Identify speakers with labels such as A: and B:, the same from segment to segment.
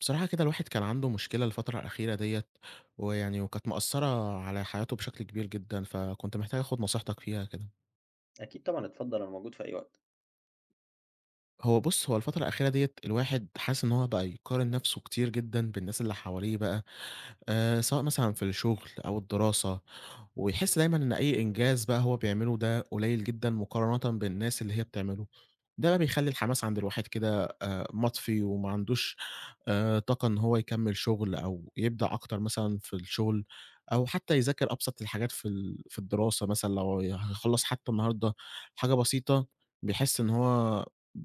A: بصراحة كده الواحد كان عنده مشكلة الفترة الأخيرة ديّة، ويعني وكانت مأثّرة على حياته بشكل كبير جدًا، فكنت محتاج آخد نصيحتك فيها كده.
B: أكيد طبعًا اتفضّل، أنا موجود في أي وقت.
A: هو بُص، هو الفترة الأخيرة ديّة الواحد حاسس إن هو بقى يقارن نَفْسه كتير جدًا بالناس اللي حواليه بقى، سواء مثلًا في الشغل أو الدراسة، ويحس دايمًا إن أي إنجاز بقى هو بيعمله ده قليل جدًا مقارنةً بالناس اللي هي بتعمله. ده بقى بيخلّي الحماس عند الواحد كده مطفي وما عندوش طاقة إن هو يكمّل شغل أو يبدع أكتر مثلًا في الشغل، أو حتى يذاكر أبسط الحاجات في الدراسة، مثلًا لو هيخلّص حتى النهارده حاجة بسيطة، بيحس إن هو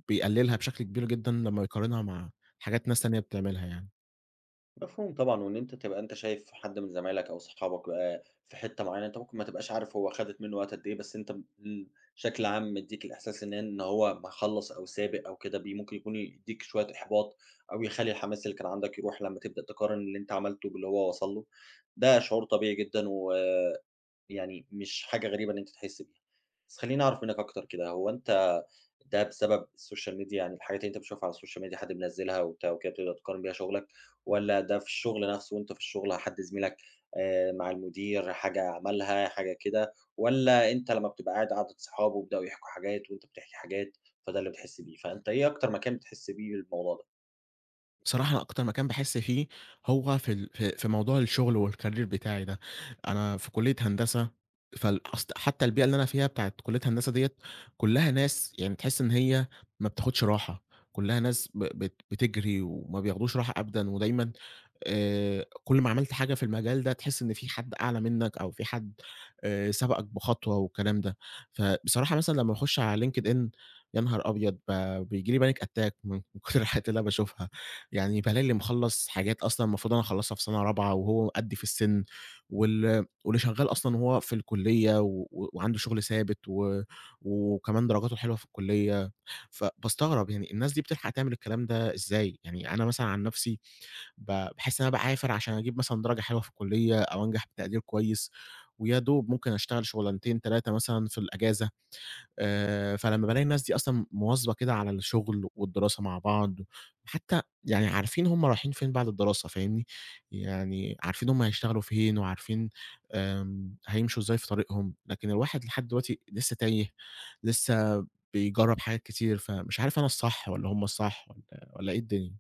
A: بيقلّلها بشكل كبير جدًا لمّا يقارنها مع حاجات ناس تانية بتعملها يعني.
B: مفهوم طبعًا، وإن أنت تبقى أنت شايف حد من زمايلك أو صحابك بقى في حتّة معيّنة، أنت ممكن ما تبقاش عارف هو خدِت منّه وقت قد إيه، بس أنت م بشكل عام مدّيك الإحساس إن هو مخلّص أو سابق أو كده، ممكن يكون يدّيك شوية إحباط أو يخلّي الحماس اللي كان عندك يروح لمّا تبدأ تقارن اللي أنت عملته باللي هو وصل له. ده شعور طبيعي جدًا، و يعني مش حاجة غريبة إن أنتِ تحسّي بيها. بس خلّيني أعرف منّك أكتر كده، هو أنت ده بسبب السوشيال ميديا؟ يعني الحاجات اللي أنت بتشوفها على السوشيال ميديا حد منزّلها وبتاع وكده بتبدأ تقارن بيها شغلك، والّا ده في الشغل نَفْسه وأنت في الشغل حد زميلك مع المدير حاجة عملها، حاجة كده، والّا أنت لمّا بتبقى قاعد قعدة صحاب وبدأوا يحكوا حاجات وأنت بتحكي حاجات، فده اللي بتحس بيه؟ فأنت إيه أكتر مكان بتحس بيه بالموضوع ده؟
A: بصراحة أنا أكتر مكان باحس فيه هو في ال في في موضوع الشغل والcareer بتاعي ده. أنا في كلية هندسة، فال أصل حتى البيئة اللي أنا فيها بتاعة كلية هندسة ديّة كلّها ناس يعني تحس إن هي ما بتاخدش راحة، كلّها ناس ب بت بتجري وما بياخدوش راحة أبدًا، ودايمًا كل ما عملت حاجة في المجال ده تحس إن في حد أعلى منك أو في حد سبقك بخطوة والكلام ده. فبصراحة مثلًا لمّا باخش على LinkedIn، يا نهار أبيض، بييجي لي panic attack من كتر الحاجات اللي أنا باشوفها. يعني بالاقي اللي مخلّص حاجات أصلًا المفروض أنا أخلّصها في سَنة رابعة وهو قدّي في السِن، واللي شغّال أصلًا وهو في الكُلّية و و- وعنده شُغل ثابت، و وكمان درجاته حلوة في الكُلّية. فباستغرب يعني الناس دي بتلحق تعمل الكلام ده إزاي؟ يعني أنا مثلًا عن نَفْسي ب باحس إن أنا باعافر عشان أجيب مثلًا درجة حلوة في الكُلّية أو أنجح بتقدير كويس، ويا دوب ممكن أشتغل شُغلانتين، 3 مثلًا في الأجازة. فلمّا بالاقي الناس دي أصلًا مواظبة كده على الشغل والدراسة مع بعض، حتى يعني عارفين هُم رايحين فين بعد الدراسة، فاهمني، يعني عارفين هُم هيشتغلوا فين، وعارفين هيمشوا إزاي في طريقهم، لكن الواحد لحد دلوقتي لسه تايه، لسه بيجرّب حاجات كتير، فمش عارف أنا الصح والّا هُم الصح، والّا إيه الدنيا؟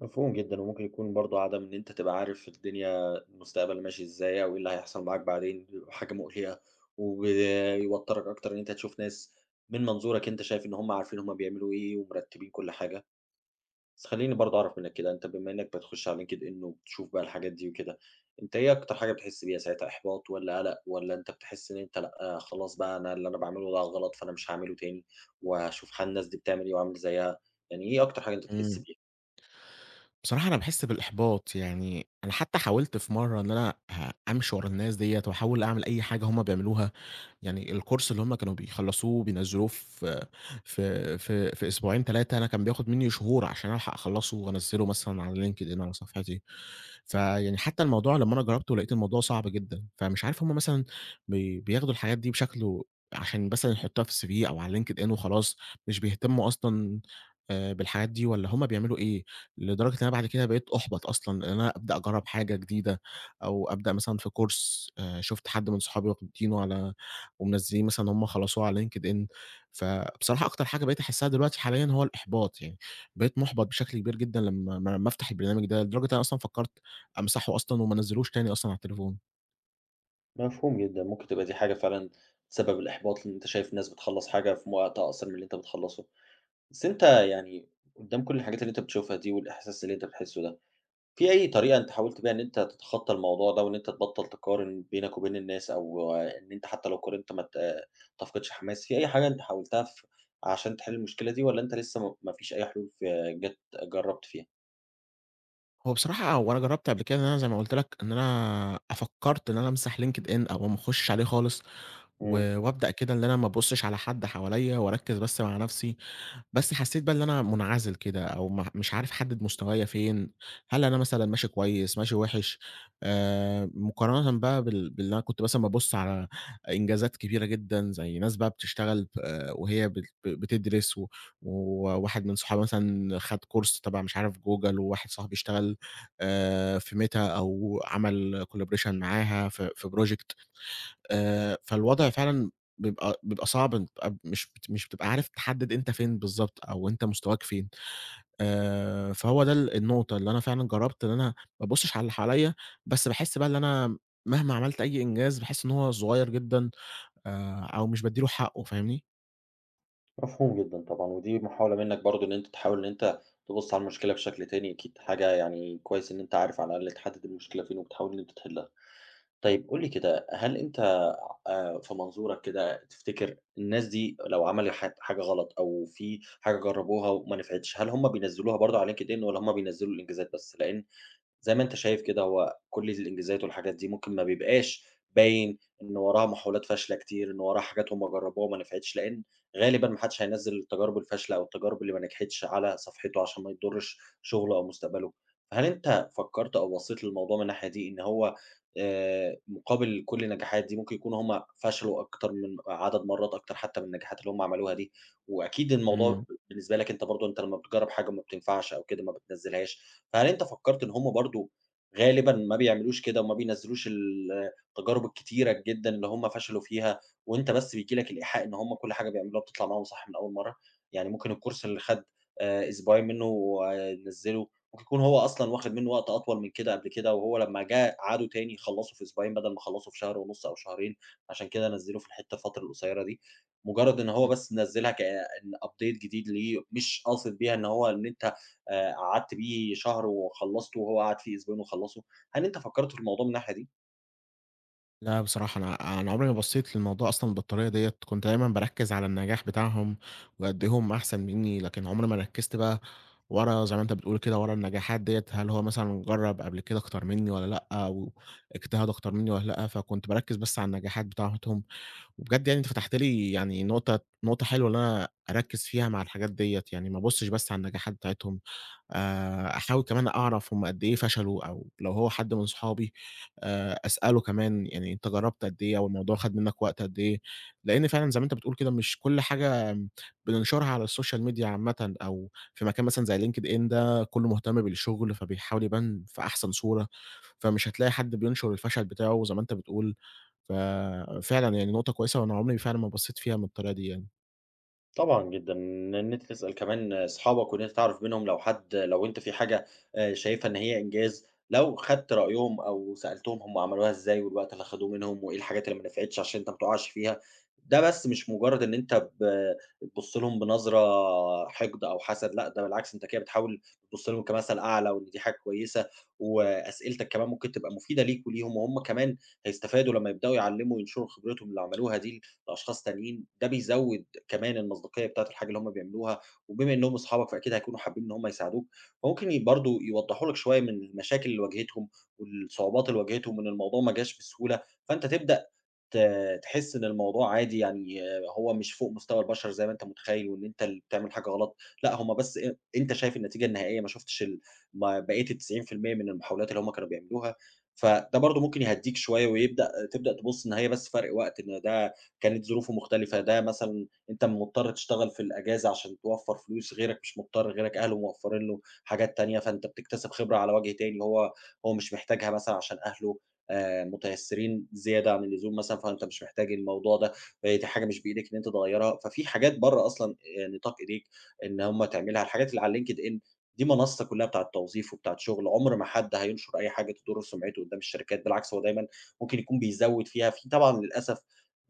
B: مفهوم جدًا، وممكن يكون برضه عدم إن أنت تبقى عارف الدنيا المستقبل ماشي إزاي أو إيه اللي هيحصل معاك بعدين، بيبقى حاجة مؤلِمة وبيوتّرك أكتر إن أنت تشوف ناس من منظورك أنت شايف إن هم عارفين هم بيعملوا إيه ومرتّبين كل حاجة. بس خلّيني برضه أعرف منّك كده، أنت بما إنّك بتخش على LinkedIn وبتشوف بقى الحاجات دي وكده، أنت إيه أكتر حاجة بتحس بيها ساعتها، إحباط والّا قَلَق والّا أنت بتحس إن أنت لأ، خلاص بقى أنا اللي أنا باعمله ده غلط فأنا مش هاعمله تاني وهاشوف الناس دي بتعمل إيه وأعمل زيّها؟ يعني إيه أكتر حاجة أنت بتحس
A: إمم،
B: بيها؟
A: بصراحة أنا باحس بالإحباط، يعني أنا حتى حاولت في مرّة إن أنا أمشي ورا الناس ديّة، واحاول أعمل أي حاجة هُم بيعملوها. يعني الكورس اللي هم كانوا بيخلّصوه وبينزّلوه في أسبوعين 3، أنا كان بياخد منّي شهور عشان ألحق أخلّصه وأنزّله مثلًا على LinkedIn على صفحتي. فيعني حتى الموضوع لمّا أنا جرّبته لقيت الموضوع صعب جدًا، فمش عارف هُم مثلًا بياخدوا الحاجات دي بشكله عشان مثلًا يحطوها في الCV أو على LinkedIn وخلاص، مش بيهتموا أصلًا بالحاجات دي، والّا هُم بيعملوا إيه؟ لدرجة إن أنا بعد كده بقيت أُحبط أصلًا إن أنا أبدأ أجرّب حاجة جديدة، أو أبدأ مثلًا في كورس شُفت حد من صحابي واخدينه على، ومنزّلين مثلًا هُم خلصوه على LinkedIn. فبصراحة أكتر حاجة بقيت أحسّها دلوقتي حاليًا هو الإحباط، يعني بقيت مُحبط بشكل كبير جدًا لمّا أفتح البرنامج ده، لدرجة إن أنا أصلًا فكّرت أمسحه أصلًا وما أنزّلهوش تاني أصلًا على التليفون.
B: مفهوم جدًا، ممكن تبقى دي حاجة فعلًا تسبب الإحباط، لإن أنت شايف ناس بتخلّص حاجة في وقت أقصر من اللي أنت بتخلّصه. بس أنت يعني قدّام كل الحاجات اللي أنت بتشوفها دي والإحساس اللي أنت بتحسه ده، في أي طريقة أنت حاولت بيها إن أنت تتخطى الموضوع ده، وإن أنت تبطّل تقارن بينك وبين الناس، أو إن أنت حتى لو قارنت ما تفقدش حماس، في أي حاجة أنت حاولتها ف عشان تحل المشكلة دي، والّا أنت لسه ما فيش أي حلول ف جات جرّبت فيها؟
A: هو بصراحة هو أنا جرّبت قبل كده، إن أنا زي ما قُلت لك، إن أنا فكّرت إن أنا أمسح LinkedIn أو ما أخشش عليه خالص،
B: إمم.
A: و وأبدأ كده إن أنا ما ابُصّش على حد حواليّا وأركّز بس مع نَفْسي. بس حسّيت بقى اللي أنا منعزل كده، أو ما مش عارف أحدّد مستوايا فين، هل أنا مثلًا ماشي كويس، ماشي وِحِش، مقارنةً بقى باللي أنا كنت مثلًا بابُص على إنجازات كبيرة جدًا، زي ناس بقى بتشتغل وهي بتدرس، و وواحد من صحابي مثلًا خَد كورس تبع مش عارف جوجل، وواحد صاحبي اشتغل في ميتا، أو عمل collaboration معاها في project. فالوضع فعلًا بيبقى صعب، بتبقى مش بت مش بتبقى عارف تحدد أنت فين بالضبط، أو أنت مستواك فين. فهو ده النقطة اللي أنا فعلًا جربت إن أنا ما ابُصّش على اللي حواليّا، بس باحس بقى إن أنا مهما عملت أي إنجاز، باحس إن هو صغير جدًا، أو مش بادّي له حقه، فاهمني؟
B: مفهوم جدًا طبعًا، ودي محاولة منّك برضه إن أنت تحاول إن أنت تبُص على المشكلة بشكل تاني، أكيد حاجة يعني كويس إن أنت عارف على الأقل تحدد المشكلة فين وبتحاول إن أنت تحلها. طيب قُل لي كده، هل أنت في منظورك كده تفتكر الناس دي لو عملوا حاجة غلط أو في حاجة جرّبوها وما نفعتش، هل هم بينزّلوها برضه على LinkedIn والّا هم بينزّلوا الإنجازات بس؟ لإن زي ما أنت شايف كده هو كل الإنجازات والحاجات دي ممكن ما بيبقاش باين إن وراها محاولات فاشلة كتير، إن وراها حاجات هم جربوها وما نفعتش، لإن غالبًا ما حدش هينزّل التجارب الفاشلة أو التجارب اللي ما نجحتش على صفحته عشان ما يضرش شغله أو مستقبله. فهل أنت فكرت أو بصيت للموضوع من الناحية دي إن هو مقابل كل النجاحات دي ممكن يكونوا هم فشلوا أكتر من عدد مرات أكتر حتى من النجاحات اللي هم عملوها دي، وأكيد الموضوع
A: إمم.
B: بالنسبة لك أنت برضه أنت لما بتجرب حاجة ما بتنفعش أو كده ما بتنزّلهاش، فهل أنت فكّرت إن هم برضه غالبًا ما بيعملوش كده وما بينزّلوش التجارب الكتيرة جدًا اللي هم فشلوا فيها، وأنت بس بييجي لك الإيحاء إن هم كل حاجة بيعملوها بتطلع معاهم صح من أول مرّة؟ يعني ممكن الcourse اللي خَد أسبوعين منه ونزّله، ممكن يكون هو أصلًا واخد منه وقت أطول من كده قبل كده، وهو لمّا جه عاده تاني خلّصه في أسبوعين بدل ما خلّصه في شهر ونُص أو شهرين، عشان كده نزّله في الحتّة الفترة القصيرة دي، مجرّد إن هو
A: إمم.
B: بس نزّلها كإن update جديد ليه مش قاصد بيها إن هو إن أنت قعدت بيه شهر وخلّصته وهو قعد فيه أسبوعين وخلّصه، هل أنت فكّرت في الموضوع من الناحية دي؟
A: لأ، بصراحة أنا عمري ما بصّيت للموضوع أصلًا بالطريقة ديّة، كنت دايمًا باركّز على النجاح بتاعهم، وقد إيه هم أحسن منّي، لكن عمري ما ركّزت بقى ورا، زي ما أنت بتقول كده، ورا النجاحات ديّة، هل هو مثلًا جرّب قبل كده أكتر منّي والّا لأ، أو اجتهد أكتر منّي والّا لأ، فكنت باركّز بس على النجاحات بتاعتهم. وبجد يعني أنت فتحت لي يعني نقطة نقطة حلوة إن أنا أركّز فيها مع الحاجات ديّة، يعني ما أبُصّش بس على النجاحات بتاعتهم، أحاول كمان أعرف هم قد إيه فشلوا، أو لو هو حد من صحابي أسأله كمان، يعني أنت جرّبت قد إيه أو الموضوع خَد منّك وقت قد إيه، لإن فعلًا زي ما أنت بتقول كده مش كل حاجة بننشرها على السوشيال ميديا عامةً، أو في مكان مثلًا زي LinkedIn ده كُلّه مهتم بالشغل، فبيحاول يبان في أحسن صورة، فمش هتلاقي حد بينشر الفشل بتاعه زي ما أنت بتقول. ففعلًا يعني نقطة كويسة، وأنا عمري فعلًا ما بصيت فيها من الطريقة دي يعني.
B: طبعًا جدًا، إن أنت تسأل كمان أصحابك وإن أنت تعرف منهم لو حد لو أنت في حاجة شايفها إن هي إنجاز، لو خدت رأيهم أو سألتهم هم عملوها إزاي والوقت اللي خدوه منهم وإيه الحاجات اللي ما نفعتش عشان أنت ما تقعش فيها، ده بس مش مجرد إن أنت بتبُص لهم بنظرة حقد أو حسد، لأ ده بالعكس أنت كده بتحاول تبُص لهم كمثل أعلى وإن دي حاجة كويسة، وأسئلتك كمان ممكن تبقى مفيدة ليك وليهم، وهُم كمان هيستفادوا لمّا يبدأوا يعلّموا وينشروا خبرتهم اللي عملوها دي لأشخاص تانيين، ده بيزوّد كمان المصداقية بتاعة الحاجة اللي هُم بيعملوها، وبما إنّهم أصحابك فأكيد هيكونوا حابين إن هُم يساعدوك، فممكن برضه يوضّحوا لك شوية من المشاكل اللي واجهتهم والصعوبات اللي واجهتهم وإن الموضوع ما جاش بسهولة، فأنت تبدأ ت تحس إن الموضوع عادي يعني آه، هو مش فوق مستوى البشر زي ما أنت متخيّل وإن أنت اللي بتعمل حاجة غلط، لأ هم بس أنت شايف النتيجة النهائية ما شُفتش ال ما بقية ال90% من المحاولات اللي هم كانوا بيعملوها، فده برضه ممكن يهدّيك شوية تبدأ تبُص إن هي بس فرق وقت، إن ده كانت ظروفه مختلفة، ده مثلًا أنت مضطر تشتغل في الأجازة عشان توفّر فلوس، غيرك مش مضطر، غيرك أهله موفّرين له حاجات تانية، فأنت بتكتسب خبرة على وجه تاني هو مش محتاجها مثلًا عشان أهله متيسّرين زيادة عن اللزوم مثلًا، فأنت مش محتاج الموضوع ده، دي حاجة مش بإيدك إن أنت تغيّرها، ففي حاجات برّه أصلًا نطاق إيديك إن هُم تعملها. الحاجات اللي على LinkedIn دي منصة كلّها بتاعة توظيف وبتاعة شغل، عُمر ما حد هينشر أي حاجة تضر سُمعته قدّام الشركات، بالعكس هو دايمًا ممكن يكون بيزوّد فيها، في طبعًا للأسف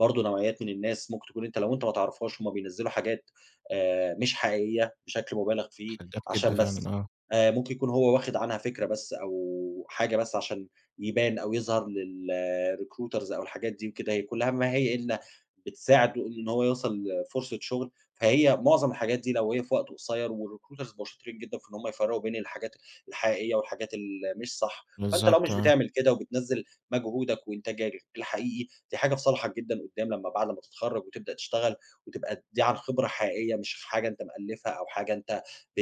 B: برضه نوعيات من الناس ممكن تكون أنت لو أنت ما تعرفهاش هُم بينزّلوا حاجات مش حقيقية بشكل مُبالغ فيه
A: جات كدب
B: عشان
A: فعلًا،
B: بس
A: آه.
B: ممكن يكون هو واخد عنها فكرة بس أو حاجة بس عشان يبان أو يظهر للrecruiters أو الحاجات دي وكده، هي كلّها ما هي إلا بتساعده إن هو يوصل لفرصة شغل، فهي معظم الحاجات دي لو هي في وقت قصيّر والrecruiters بقوا شاطرين جدًا في إن هم يفرّقوا بين الحاجات الحقيقية والحاجات اللي مش صح، فأنت لو
A: بالضبط،
B: مش
A: آه.
B: بتعمل كده وبتنزّل مجهودك وإنتاجك الحقيقي، دي حاجة في صالحك جدًا قدّام لمّا بعد ما تتخرّج وتبدأ تشتغل وتبقى دي عن خبرة حقيقية مش حاجة أنت مألّفها أو حاجة أنت ب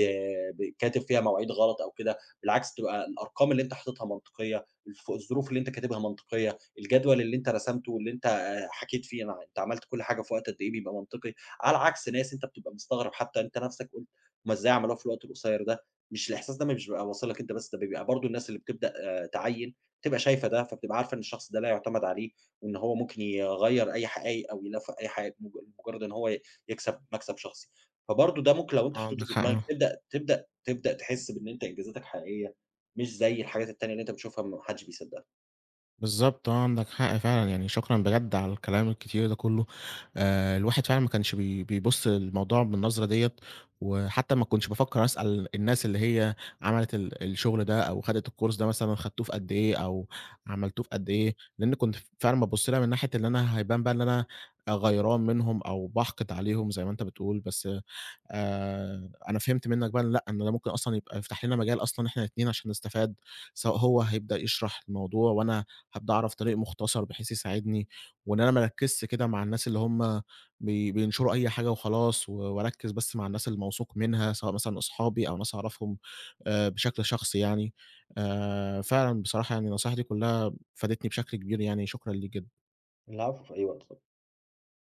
B: ب كاتب فيها مواعيد غلط أو كده، بالعكس تبقى الأرقام اللي أنت حاططها منطقية، الظروف اللي أنت كاتبها منطقية، الجدول اللي أنت رسمته واللي أنت حكيت فيه أنا أنت عملت كل حاجة في وقت قد إيه بيبقى منطقي، على عكس ناس أنت بتبقى مستغرب حتى أنت نفسك قُلت هُم إزاي عملوها في الوقت القصير ده، مش الإحساس ده مش بيبقى واصل لك أنت بس، ده بيبقى برضه الناس اللي بتبدأ آه، تعيّن بتبقى شايفة ده، فبتبقى عارفة إن الشخص ده لا يُعتمد عليه، وإن هو ممكن يغيّر أي حقايق أو يلفق أي حقايق لمجرد إن هو يكسب مكسب شخصي، فبرضه ده ممكن لو أنت
A: آه،
B: حطيته
A: عندك
B: في
A: حق،
B: دماغك
A: آه.
B: تبدأ تحس بإن أنت إنجازاتك حقيقية. مش زي الحاجات التانية اللي أنت بتشوفها ما حدش بيصدّقها.
A: بالضبط، آه، عندك حق فعلًا، يعني شكرًا بجد على الكلام الكتير ده كلّه. الواحد فعلًا ما كانش بيبُص للموضوع بالنظرة ديّة، وحتى ما كنتش بافكّر أسأل الناس اللي هي عملت الشغل ده، أو خدت الcourse ده مثلًا خدتوه في قد إيه أو عملتوه في قد إيه، لإن كنت فعلًا بابُص لها من ناحية إن أنا هيبان بقى إن أنا غيران منهم أو باحقد عليهم زي ما أنت بتقول، بس أنا فهمت منّك بقى إن لأ، إن ده ممكن أصلًا يبقى يفتح لنا مجال أصلًا إحنا الاتنين عشان نستفاد، سواء هو هيبدأ يشرح الموضوع وأنا هابدأ أعرف طريق مختصر بحيث يساعدني، وإن أنا ما أركّزش كده مع الناس اللي هم بينشروا أي حاجة وخلاص، و وأركّز بس مع الناس اللي موثوق منها، سواء مثلًا أصحابي أو ناس أعرفهم بشكل شخصي يعني. فعلًا بصراحة يعني النصايح دي كلّها فادتني بشكل كبير يعني، شكرًا ليك جدًا.
B: العفو، في أي وقت.